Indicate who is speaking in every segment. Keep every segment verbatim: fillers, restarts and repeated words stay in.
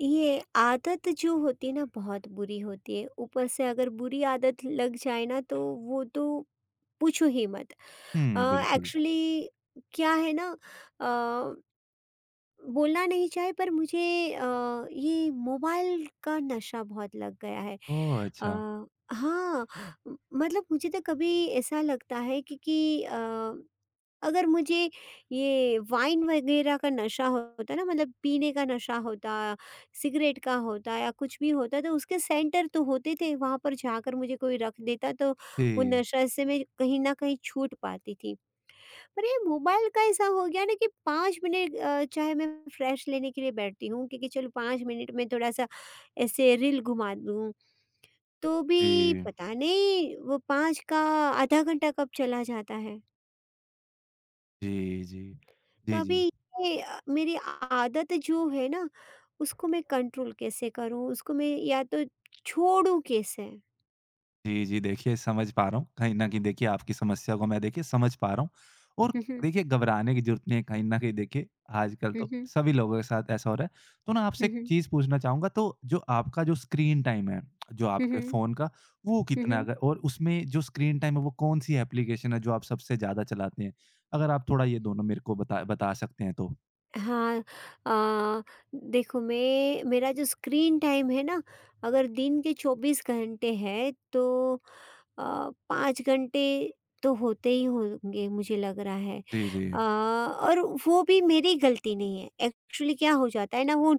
Speaker 1: ये आदत जो होती है ना बहुत बुरी होती है। ऊपर से अगर बुरी आदत लग जाए ना तो वो तो पूछो ही मत।
Speaker 2: हुँ, बिल्कुल।
Speaker 1: एक्चुअली क्या है ना, अ, बोलना नहीं चाहे पर मुझे, अ, ये मोबाइल का नशा बहुत लग गया है।
Speaker 2: ओह!
Speaker 1: अ,
Speaker 2: अच्छा।
Speaker 1: हाँ, म- मतलब मुझे तो कभी ऐसा लगता है क्योंकि अगर मुझे ये वाइन वगैरह का नशा होता ना, मतलब पीने का नशा होता, सिगरेट का होता या कुछ भी होता, तो उसके सेंटर तो होते थे, वहाँ पर जाकर मुझे कोई रख देता तो वो
Speaker 2: जी,
Speaker 1: नशा से मैं कहीं ना कहीं छूट पाती थी। पर ये मोबाइल का ऐसा हो गया ना कि पाँच मिनट अ, चाहे मैं फ्रेश लेने के लिए बैठती हूँ क्योंकि चलो पाँच मिनट में थोड़ा सा ऐसे रील घुमा दूँ, तो भी
Speaker 2: जी,
Speaker 1: पता नहीं वो पाँच का आधा घंटा कब चला जाता है।
Speaker 2: जी, जी।
Speaker 1: तो
Speaker 2: जी, जी।
Speaker 1: अभी ये अ, मेरी आदत जो है ना उसको मैं कंट्रोल कैसे करूँ, उसको मैं या तो छोड़ूं कैसे।
Speaker 2: जी, जी, देखिए समझ पा रहा हूँ। कहीं न कहीं देखिए आपकी समस्या को मैं देखिए समझ पा रहा हूँ। और
Speaker 1: हम्म,
Speaker 2: देखिए घबराने की ज़रूरत नहीं है। कहीं न कहीं देखिए आजकल
Speaker 1: हम्म,
Speaker 2: तो
Speaker 1: हम्म,
Speaker 2: सभी लोगों के साथ ऐसा हो रहा है। तो ना आपसे एक
Speaker 1: हम्म,
Speaker 2: चीज़ पूछना चाहूँगा, तो जो आपका जो स्क्रीन टाइम है, जो
Speaker 1: हम्म,
Speaker 2: आपके
Speaker 1: हम्म,
Speaker 2: फ़ोन का वो कितना है?
Speaker 1: हम्म।
Speaker 2: अगर और उसमें जो स्क्रीन टाइम है वो कौन-सी एप्लीकेशन है जो आप सबसे ज़्यादा चलाते हैं? अगर आप थोड़ा ये दोनों मेरे को बता बता सकते हैं तो।
Speaker 1: हाँ, अ, देखो मैं मेरा जो स्क्रीन टाइम है ना, अगर दिन के चौबीस घंटे हैं तो अ, पाँच घंटे तो होते ही होंगे, मुझे लग रहा है।
Speaker 2: जी, जी।
Speaker 1: अ, और वो भी मेरी गलती नहीं है, एक्चुअली क्या हो जाता है ना, वो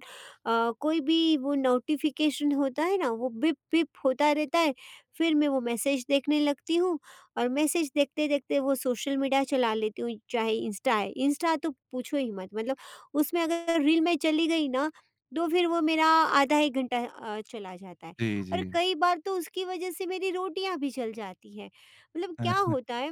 Speaker 1: अ, कोई भी वो नोटिफिकेशन होता है ना, वो बिप बिप होता रहता है, फिर मैं वो मैसेज देखने लगती हूँ, और मैसेज देखते देखते वो सोशल मीडिया चला लेती हूँ, चाहे इंस्टा है। इंस्टा तो पूछो ही मत, मतलब उसमें अगर रील में चली गई ना, तो फिर वो मेरा आधा एक घंटा अ, चला जाता है।
Speaker 2: जी,
Speaker 1: और
Speaker 2: जी।
Speaker 1: कई बार तो उसकी वजह से मेरी रोटियाँ भी जल जाती हैं। मतलब क्या होता है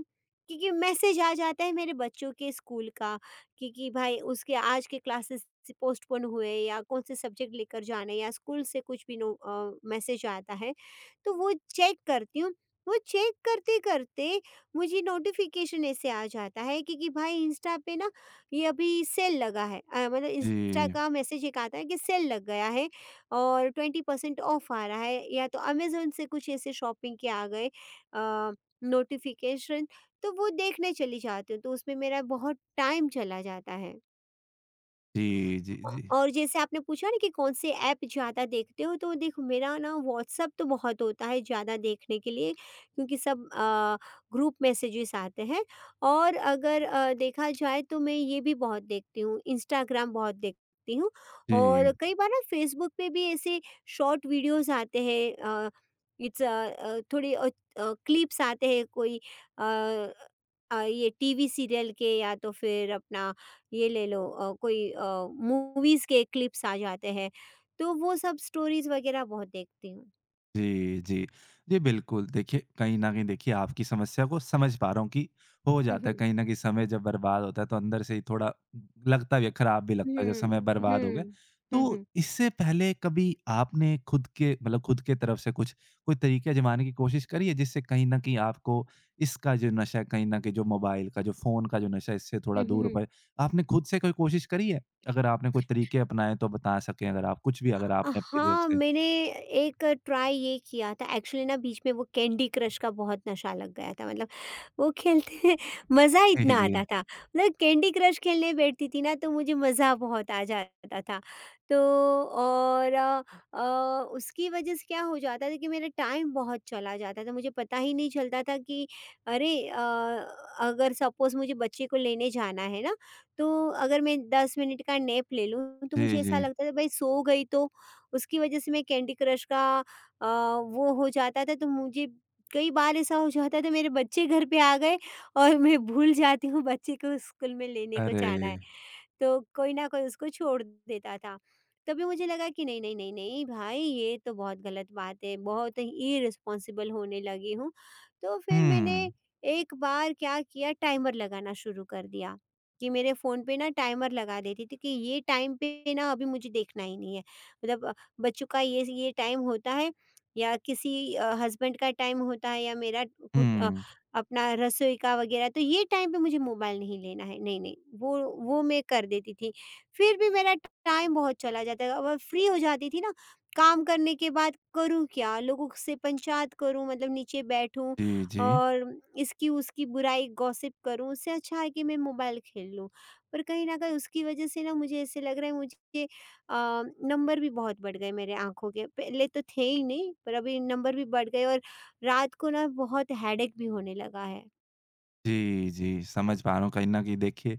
Speaker 1: क्योंकि मैसेज आ जाता है मेरे बच्चों के स्कूल का कि कि भाई उसके आज के क्लासेस पोस्टपोन हुए, या कौन से सब्जेक्ट लेकर जाने या स्कूल से कुछ भी नो अ, मैसेज आता है, तो वो चेक करती हूँ। वो चेक करते-करते मुझे नोटिफ़िकेशन ऐसे आ जाता है कि कि भाई इंस्टा पे ना ये अभी सेल लगा है। अ, मतलब इंस्टा
Speaker 2: जी।
Speaker 1: का मैसेज एक आता है कि सेल लग गया है और ट्वेंटी परसेंट ऑफ आ रहा है, या तो अमेजोन से कुछ ऐसे शॉपिंग के आ गए नोटिफिकेशन, तो वो देखने चली जाती हूँ, तो उसमें मेरा बहुत टाइम चला जाता है।
Speaker 2: जी, जी, जी।
Speaker 1: और जैसे आपने पूछा ना कि कौन से ऐप ज़्यादा देखते हो, तो देखो मेरा ना व्हाट्सअप तो बहुत होता है ज़्यादा देखने के लिए क्योंकि सब अ, ग्रुप मैसेजेस आते हैं, और अगर अ, देखा जाए तो मैं ये भी बहुत देखती हूँ, इंस्टाग्राम बहुत देखती हूँ। और
Speaker 2: जी,
Speaker 1: कई बार ना फेसबुक पे भी ऐसे शॉर्ट वीडियोस आते हैं, अ, इट्स अ, अ, थोड़े अ, अ, क्लिप्स आते हैं, कोई अ, अ, ये टीवी सीरियल के या तो फिर अपना ये ले लो अ, कोई अ, मूवीज़ के क्लिप्स आ जाते हैं, तो वो सब स्टोरीज़ वगैरह बहुत देखती हूँ।
Speaker 2: जी, जी। जी, बिल्कुल। देखिए, कहीं न कहीं देखिए आपकी समस्या को समझ पा रहा हूँ कि हो
Speaker 1: हुँ,
Speaker 2: जाता है
Speaker 1: हुँ।
Speaker 2: कहीं न कहीं समय जब बर्बाद होता है तो अंदर से ही थोड़ा लगता भी है, खराब भी लगता है जब समय
Speaker 1: हुँ,
Speaker 2: बर्बाद हो गया।
Speaker 1: हुँ,
Speaker 2: तो
Speaker 1: हुँ, हुँ,
Speaker 2: इससे पहले कभी आपने खुद के मतलब खुद के तरफ से कुछ कोई तरीके आज़माने की कोशिश करी है जिससे कहीं न कहीं आपको इसका जो नशा है, कहीं न कहीं जो मोबाइल का जो फ़ोन का जो नशा है इससे थोड़ा
Speaker 1: हुँ,
Speaker 2: दूर
Speaker 1: हुँ।
Speaker 2: पड़े? आपने खुद से कोई कोशिश करी है? अगर आपने कोई तरीके अपनाए तो बता सकें, अगर आप कुछ भी अगर आपने अपनी तरफ
Speaker 1: हाँ,
Speaker 2: से।
Speaker 1: मैंने एक ट्राई ये किया था एक्चुअली ना, बीच में वो कैंडी क्रश का बहुत नशा लग गया था, मतलब वो खेलते मज़ा
Speaker 2: जी,
Speaker 1: इतना
Speaker 2: जी।
Speaker 1: आता था। मतलब कैंडी क्रश खेलने बैठती थी ना, तो मुझे मज़ा बहुत आ जाता था। तो और अ, अ, उसकी वजह से क्या हो जाता था कि मेरा टाइम बहुत चला जाता था, मुझे पता ही नहीं चलता था कि अरे अ, अगर सपोज़ मुझे बच्चे को लेने जाना है ना, तो अगर मैं दस मिनट का नैप ले लूँ तो
Speaker 2: जी,
Speaker 1: मुझे
Speaker 2: जी।
Speaker 1: ऐसा लगता था भाई सो गई, तो उसकी वजह से मैं कैंडी क्रश का अ, वो हो जाता था। तो मुझे कई बार ऐसा हो जाता था, मेरे बच्चे घर पे आ गए और मैं भूल जाती हूँ बच्चे को स्कूल में लेने को
Speaker 2: अरे!
Speaker 1: जाना है। तो कोई ना कोई उसको छोड़ देता था। तभी मुझे लगा कि नहीं, नहीं, नहीं, नहीं भाई ये तो बहुत गलत बात है, बहुत ही इर्रेस्पॉन्सिबल होने लगी हूँ। तो फिर मैंने
Speaker 2: हुँ,
Speaker 1: एक बार क्या किया, टाइमर लगाना शुरू कर दिया, कि मेरे फ़ोन पे ना टाइमर लगा देती थी कि ये टाइम पे ना अभी मुझे देखना ही नहीं है। मतलब अ, बच्चों का ये ये टाइम होता है, या किसी अ, हस्बैंड का टाइम होता है या मेरा खुद
Speaker 2: हुँ।
Speaker 1: अपना रसोई का वगैरह, तो ये टाइम पे मुझे मोबाइल नहीं लेना है, नहीं, नहीं, वो वो मैं कर देती थी। फिर भी मेरा टाइम बहुत चला जाता था और फ्री हो जाती थी ना, काम करने के बाद करूँ क्या? लोगों से पंचायत करूँ, मतलब नीचे बैठूँ
Speaker 2: जी, जी।
Speaker 1: और इसकी-उसकी बुराई गॉसिप करूँ, उससे अच्छा है कि मैं मोबाइल खेल लूँ। पर कहीं न कहीं उसकी वजह से ना मुझे ऐसे लग रहा है मुझे, अ, नंबर भी बहुत बढ़ गए मेरे आँखों के, पहले तो थे ही नहीं पर अभी नंबर भी बढ़ गए, और रात को ना बहुत हेडेक भी होने लगा है।
Speaker 2: जी, जी, समझ पा रहा हूँ कहीं न कहीं देखिए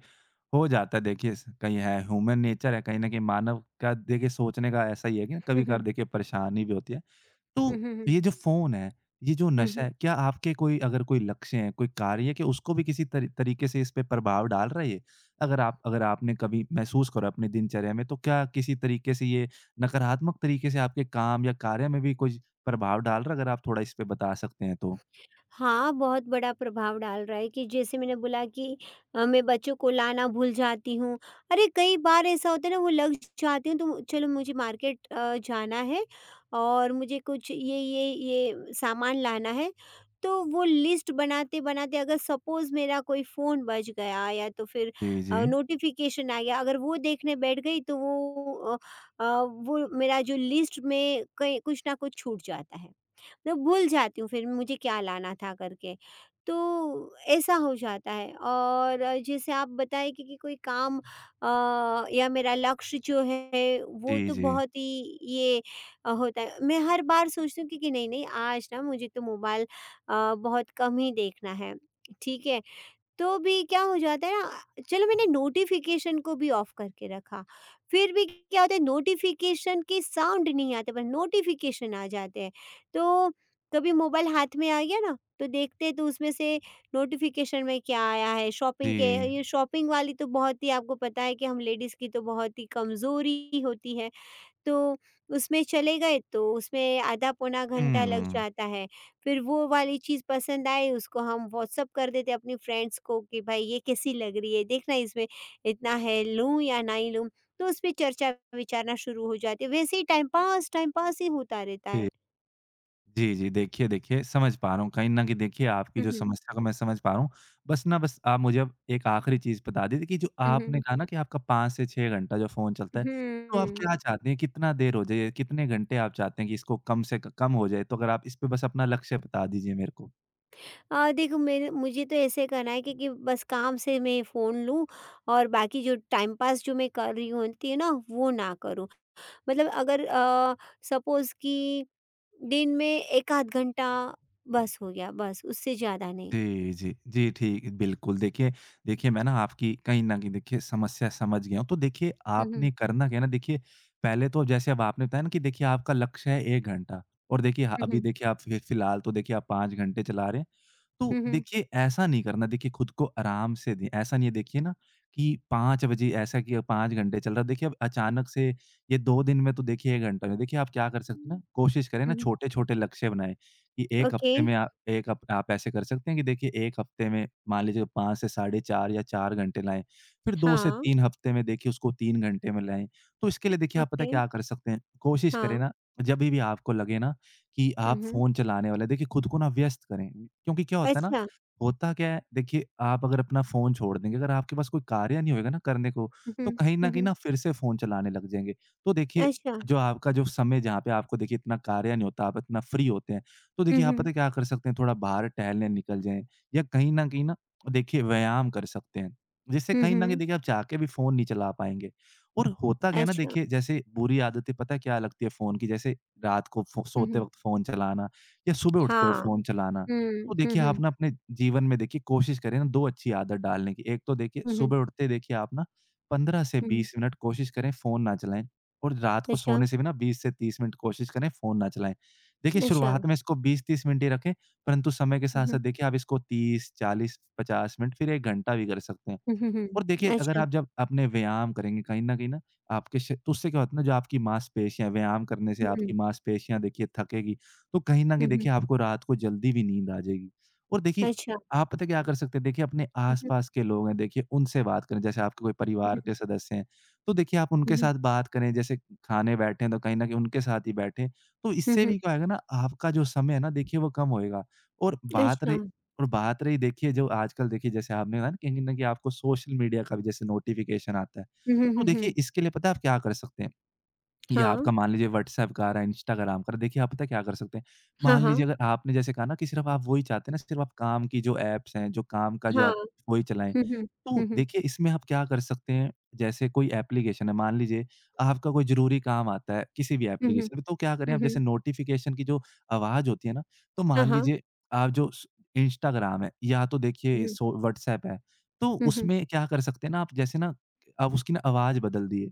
Speaker 2: हो जाता है देखिए स कहीं है, ह्यूमन नेचर है, कहीं न कहीं मानव का देखिए सोचने का ऐसा ही है कि
Speaker 1: हुँ,
Speaker 2: कभी-कभार
Speaker 1: हुँ।
Speaker 2: देखिए परेशानी भी होती है।
Speaker 1: हुँ,
Speaker 2: तो
Speaker 1: हुँ, हुँ।
Speaker 2: ये जो फ़ोन है, ये जो
Speaker 1: हुँ,
Speaker 2: नशा
Speaker 1: हुँ।
Speaker 2: है, क्या आपके कोई अगर कोई लक्ष्य है, कोई कार्य है कि उसको भी किसी तरी तरीके से इस पे प्रभाव डाल रहा है ये? अगर आप अगर आपने कभी महसूस करो अपनी दिनचर्या में, तो क्या किसी तरीके से ये नकारात्मक तरीके से आपके काम या कार्य में भी कुछ प्रभाव डाल रहा है? अगर आप थोड़ा इस पे बता सकते हैं तो।
Speaker 1: हाँ, बहुत बड़ा प्रभाव डाल रहा है कि जैसे मैंने बोला कि अ, मैं बच्चों को लाना भूल जाती हूँ। अरे, कई बार ऐसा होता है ना, वो लग जाती हूँ, तो चलो मुझे मार्केट अ, जाना है और मुझे कुछ ये, ये, ये सामान लाना है। तो वो लिस्ट बनाते-बनाते अगर सपोज़ मेरा कोई फ़ोन बज गया या तो फिर
Speaker 2: जी, जी।
Speaker 1: अ, नोटिफ़िकेशन आ गया, अगर वो देखने बैठ गई तो वो अ अ, वो मेरा जो लिस्ट में कहीं कुछ ना कुछ छूट जाता है। मैं भूल जाती हूँ फिर मुझे क्या लाना था करके। तो ऐसा हो जाता है। और जैसे आप बताएँ कि, कि कोई काम अ, या मेरा लक्ष्य जो है वो
Speaker 2: जी,
Speaker 1: तो
Speaker 2: जी।
Speaker 1: बहुत ही ये अ, होता है। मैं हर बार सोचती हूँ कि, कि नहीं, नहीं आज ना मुझे तो मोबाइल अ, बहुत कम ही देखना है, ठीक है? तो भी क्या हो जाता है ना, चलो मैंने नोटिफिकेशन को भी ऑफ करके रखा, फिर भी क्या होता है नोटिफिकेशन के साउंड नहीं आते, पर नोटिफिकेशन आ जाते हैं। तो कभी मोबाइल हाथ में आ गया ना तो देखते हैं, तो उसमें से नोटिफिकेशन में क्या आया है, शॉपिंग के।
Speaker 2: जी।
Speaker 1: ये शॉपिंग वाली तो बहुत ही, आपको पता है कि हम लेडीज़ की तो बहुत ही कमज़ोरी होती है, तो उसमें चले गए तो उसमें आधा पौना घंटा लग
Speaker 2: हुँ।
Speaker 1: जाता है। फिर वो वाली चीज़ पसंद आई उसको हम व्हाट्सएप कर देते हैं अपनी फ्रेंड्स को कि भाई ये कैसी लग रही है? देखना इसमें इतना है, लूँ या नहीं लूँ? तो उसपे चर्चा-विचारना शुरू हो जाती है। वैसे ही टाइम पास, टाइम पास ही होता रहता है।
Speaker 2: ठीक। जी, जी। देखिए, देखिए समझ पा रहा हूँ कहीं न कहीं देखिए आपकी
Speaker 1: हुँ,
Speaker 2: जो
Speaker 1: हुँ।
Speaker 2: समस्या को मैं समझ पा रहा हूँ। बस ना बस आप मुझे अब एक आखिरी चीज़ बता दीजिए कि जो
Speaker 1: हुँ, हुँ।
Speaker 2: आपने कहा ना कि आपका पाँच से छह घंटा जो फ़ोन चलता है, तो आप बिल्कुल।
Speaker 1: हुँ।
Speaker 2: क्या चाहते हैं कितना देर हो जाए? कितने घंटे आप चाहते हैं कि इसको कम से क कम हो जाए? तो अगर आप इस पे बस अपना लक्ष्य बता दीजिए मेरे को।
Speaker 1: अ, देखो मेरे मुझे तो ऐसे करना है कि कि बस काम से मैं फ़ोन लूँ और बाकी जो टाइम पास जो मैं कर रही होती है ना, वो ना करूँ। मतलब अगर अ, सपोज़ कि दिन में एक आध घंटा बस हो गया, बस उससे ज़्यादा नहीं।
Speaker 2: जी, जी। जी, ठीक बिल्कुल, देखिए देखिए मैं ना आपकी कहीं न कहीं देखिए समस्या समझ गया हूँ। तो देखिए
Speaker 1: हुँ, हुँ।
Speaker 2: आपने करना क्या है ना, देखिए पहले तो जैसे अब आपने बताया ना कि देखिए आपका लक्ष्य है एक घंटा और देखिए ह
Speaker 1: हुँ,
Speaker 2: अभी
Speaker 1: हुँ।
Speaker 2: देखिए आप फ़ि फ़िलहाल तो देखिए आप पाँच घंटे चला रहे हैं।
Speaker 1: हुँ,
Speaker 2: तो
Speaker 1: हुँ।
Speaker 2: देखिए ऐसा नहीं करना, देखिए खुद को आराम से दें। ऐसा नहीं है देखिए ना कि पाँच बजे ऐसा कि पाँच घंटे चल रहा है। देखिए अब अचानक से ये दो दिन में तो देखिए एक घंटा नहीं। देखिए आप क्या कर सकते हैं ना,
Speaker 1: हुँ।
Speaker 2: कोशिश करें ना
Speaker 1: हुँ, हुँ।
Speaker 2: छोटे-छोटे लक्ष्य बनाएँ कि एक
Speaker 1: ओके,
Speaker 2: हफ्ते में आप 1 हफ आप ऐसे कर सकते हैं कि देखिए एक हफ्ते में मान लीजिए पाँच से साढ़े चार या चार घंटे लाएँ। फिर दो से
Speaker 1: हाँ,
Speaker 2: तीन हफ्ते में देखिए उसको तीन घंटे में लाएँ। तो इसके लिए देखिए आप पता है
Speaker 1: ओके,
Speaker 2: क्या कर सकते हैं? कोशिश करें
Speaker 1: हाँ।
Speaker 2: ना, जभी भी आपको लगे ना कि
Speaker 1: हुँ,
Speaker 2: आप
Speaker 1: हुँ।
Speaker 2: फ़ोन चलाने वाले, देखिए खुद को ना व्यस्त करें। क्योंकि क्या होता है ना,
Speaker 1: अच्छा।
Speaker 2: होता क्या है देखिए आप अगर अपना फ़ोन छोड़ देंगे, अगर आपके पास कोई कार्य नहीं होएगा ना करने को,
Speaker 1: हुँ,
Speaker 2: तो
Speaker 1: हुँ।
Speaker 2: कहीं न
Speaker 1: हुँ,
Speaker 2: कहीं
Speaker 1: हुँ।
Speaker 2: ना फिर से फ़ोन चलाने लग जाएँगे। तो देखिए
Speaker 1: अच्छा।
Speaker 2: जो आपका जो समय जहाँ पे आपको देखिए इतना कार्य नहीं होता, आप इतना फ्री होते हैं, तो
Speaker 1: हुँ,
Speaker 2: देखिए आप पता
Speaker 1: हुँ।
Speaker 2: है क्या कर सकते हैं, थोड़ा बाहर टहलने निकल जाएँ या कहीं न कहीं ना देखिए व्यायाम कर सकते हैं। जिससे
Speaker 1: हुँ,
Speaker 2: कहीं न कहीं
Speaker 1: हुँ।
Speaker 2: देखिए आप चाह के भी फ़ोन नहीं चला पाएँगे। और होता क्या है ना,
Speaker 1: अच्छा।
Speaker 2: देखिए जैसे बुरी आदतें पता है क्या लगती है फ़ोन की, जैसे रात को फ़ो
Speaker 1: हुँ,
Speaker 2: सोते
Speaker 1: हुँ।
Speaker 2: वक़्त फ़ोन चलाना या सुबह उठते हुए
Speaker 1: हाँ।
Speaker 2: फ़ोन चलाना।
Speaker 1: हुँ,
Speaker 2: तो
Speaker 1: हुँ,
Speaker 2: देखिए आप
Speaker 1: हुँ।
Speaker 2: ना अपने जीवन में देखिए कोशिश करें ना दो अच्छी आदत डालने की। एक तो देखिए
Speaker 1: हुँ, हुँ।
Speaker 2: सुबह उठते ही देखिए आप ना पंद्रह से
Speaker 1: हुँ, हुँ।
Speaker 2: बीस मिनट कोशिश करें फ़ोन ना चलाएँ, और रात को
Speaker 1: अच्छा,
Speaker 2: सोने से भी ना बीस से तीस मिनट कोशिश करें फ़ोन ना चलाएँ। देखिए
Speaker 1: अच्छा।
Speaker 2: शुरुआत में इसको बीस से तीस मिनट ही रखें, परंतु समय के
Speaker 1: हुँ,
Speaker 2: साथ-साथ
Speaker 1: हुँ।
Speaker 2: देखिए आप इसको तीस, चालीस, पचास मिनट फिर एक घंटा भी कर सकते हैं।
Speaker 1: हुँ, हुँ, हुँ।
Speaker 2: और देखिए, अगर
Speaker 1: अच्छा।
Speaker 2: आप जब अपने व्यायाम करेंगे कहीं न कहीं ना आपके श तो उससे क्या होता है ना, जो आपकी मांसपेशियाँ व्यायाम करने से
Speaker 1: हुँ,
Speaker 2: आपकी
Speaker 1: हुँ।
Speaker 2: मांसपेशियाँ देखिए थकेगी, तो कहीं न कहीं
Speaker 1: हुँ, हुँ।
Speaker 2: देखिए आपको रात को जल्दी भी नींद आ जाएगी। और देखिए,
Speaker 1: अच्छा।
Speaker 2: आप पता है क्या कर सकते हैं, देखिए अपने
Speaker 1: हुँ, हुँ।
Speaker 2: आस-पास के लोग हैं, देखिए उनसे बात करें, जैसे आपके कोई
Speaker 1: हुँ,
Speaker 2: परिवार
Speaker 1: हुँ।
Speaker 2: के सदस्य हैं, तो देखिए आप उनके
Speaker 1: हुँ, हुँ।
Speaker 2: साथ बात करें, जैसे खाने बैठे हैं तो कहीं न कहीं उनके साथ ही बैठें। तो
Speaker 1: हुँ,
Speaker 2: इससे
Speaker 1: हुँ।
Speaker 2: भी क्या होएगा ना, आपका जो समय है ना देखिए वो कम होएगा। और बात
Speaker 1: अच्छा।
Speaker 2: रही और बात रही देखिए जो आजकल देखिए जैसे आपने कहा ना कहीं न कहीं आपको सोशल मीडिया का भी जैसे नोटिफ़िकेशन आता है।
Speaker 1: हुँ, हुँ,
Speaker 2: तो
Speaker 1: हुँ,
Speaker 2: देखिए
Speaker 1: हुँ।
Speaker 2: इसके लिए पता है आप क्या कर सकते हैं? या
Speaker 1: हाँ।
Speaker 2: आपका मान लीजिए व्हाट्सएप का आ रहा है, इंस्टाग्राम का आ रहा है, देखिए आप पता है क्या कर सकते हैं?
Speaker 1: हाँ,
Speaker 2: मान लीजिए
Speaker 1: हाँ।
Speaker 2: अगर आपने जैसे कहा ना कि सिर्फ़ आप वही चाहते हैं ना, सिर्फ़ आप काम की जो ऐप्स हैं, जो काम का जो
Speaker 1: हाँ।
Speaker 2: आप वही चलाएँ।
Speaker 1: हुँ, हुँ।
Speaker 2: तो
Speaker 1: हुँ, हुँ।
Speaker 2: देखिए इसमें आप क्या कर सकते हैं, जैसे कोई एप्लीकेशन है, मान लीजिए आपका कोई ज़रूरी काम आता है किसी भी
Speaker 1: हुँ, हुँ।
Speaker 2: एप्लीकेशन में तो क्या करें
Speaker 1: हुँ,
Speaker 2: आप, जैसे
Speaker 1: हुँ।
Speaker 2: नोटिफ़िकेशन की जो आवाज़ होती है ना, तो
Speaker 1: हाँ,
Speaker 2: मान
Speaker 1: हाँ।
Speaker 2: लीजिए आप जो स इंस्टाग्राम है या तो देखिए
Speaker 1: हुँ,
Speaker 2: सो व्हाट्सएप है, तो
Speaker 1: हुँ, हुँ, हुँ,
Speaker 2: उसमें क्या कर सकते हैं ना आप, जैसे ना आप उसकी ना आवाज़ बदल दिए।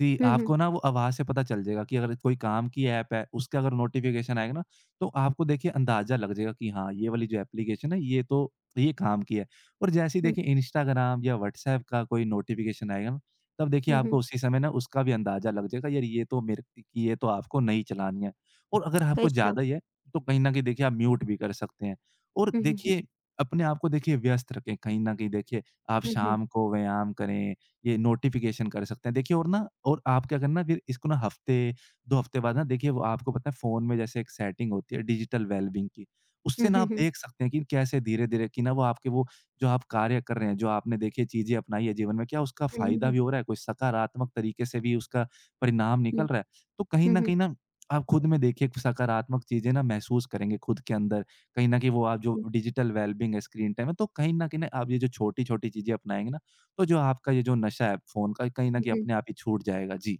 Speaker 2: जी,
Speaker 1: हुँ, हुँ,
Speaker 2: आपको ना वो आवाज़ से पता चल जाएगा कि अगर कोई काम की ऐप है, उसका अगर नोटिफ़िकेशन आएगा ना, तो आपको देखिए अंदाज़ा लग जाएगा कि हाँ, ये वाली जो एप्लीकेशन है, ये तो ये काम की है। और जैसे ही
Speaker 1: हुँ, हुँ।
Speaker 2: देखिए इंस्टाग्राम या व्हाट्सऐप का कोई नोटिफ़िकेशन आएगा ना, तब देखिए
Speaker 1: हुँ।
Speaker 2: आपको उसी समय ना उसका भी अंदाज़ा लग जाएगा, यार ये तो मेरे कि ये तो आपको नहीं चलानी है। और अगर आपको
Speaker 1: अच्छा।
Speaker 2: ज़्यादा ही है, तो कहीं न कहीं देखिए आप म्यूट भी कर सकते हैं। और
Speaker 1: हुँ, हुँ,
Speaker 2: देखिए, अपने आप को देखिए व्यस्त रखें, कहीं न कहीं देखिए आप
Speaker 1: हुँ, हुँ, हुँ,
Speaker 2: शाम को व्यायाम करें, ये नोटिफ़िकेशन कर सकते हैं। देखिए और ना और आप क्या करना, फिर इसको ना हफ़्ते, दो हफ़्ते बाद ना देखिए वो आपको पता है फ़ोन में जैसे एक सेटिंग होती है डिजिटल वेलबीइंग की, उससे
Speaker 1: हुँ,
Speaker 2: ना
Speaker 1: हुँ,
Speaker 2: आप
Speaker 1: हुँ,
Speaker 2: देख सकते हैं कि कैसे धीरे-धीरे कि ना वो आपके वो जो आप कार्य कर रहे हैं, जो आपने देखिए चीज़ें अपनाई है जीवन में, क्या उसका
Speaker 1: हुँ, हुँ, हुँ,
Speaker 2: फ़ायदा
Speaker 1: हुँ,
Speaker 2: भी हो रहा है, कोई सकारात्मक तरीके से भी उसका परिणाम निकल
Speaker 1: हुँ।
Speaker 2: रहा है। तो कहीं न कहीं ना आप खुद में देखिए एक सकारात्मक चीज़ें ना महसूस करेंगे खुद के अंदर। कहीं न कहीं वो आप जो
Speaker 1: हुँ।
Speaker 2: डिजिटल वेलबीइंग है, स्क्रीन टाइम है, तो कहीं न कहीं ना आप ये जो छोटी-छोटी चीज़ें अपनाएँगे ना, तो जो आपका ये जो नशा है फ़ोन का, कहीं न
Speaker 1: हुँ,
Speaker 2: कहीं
Speaker 1: हुँ।
Speaker 2: अपने आप ही छूट जाएगा। जी।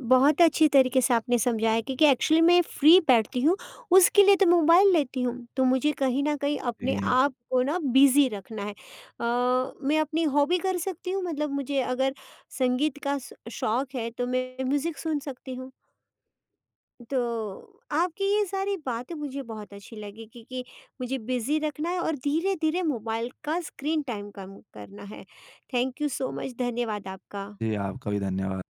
Speaker 1: बहुत अच्छी तरीके से आपने समझाया, क्योंकि एक्चुअली मैं फ्री बैठती हूँ, उसके लिए तो मोबाइल लेती हूँ, तो मुझे कहीं न कहीं अपने
Speaker 2: जी।
Speaker 1: आप को ना बिज़ी रखना है। अ, मैं अपनी हॉबी कर सकती हूँ, मतलब मुझे अगर संगीत का स शौक है, तो मैं म्यूज़िक सुन सकती हूँ। तो आपकी ये सारी बातें मुझे बहुत अच्छी लगी क्योंकि मुझे बिज़ी रखना है और धीरे धीरे मोबाइल का स्क्रीन टाइम कम करना है। थैंक यू सो मच, धन्यवाद आपका।
Speaker 2: जी, आपका भी धन्यवाद।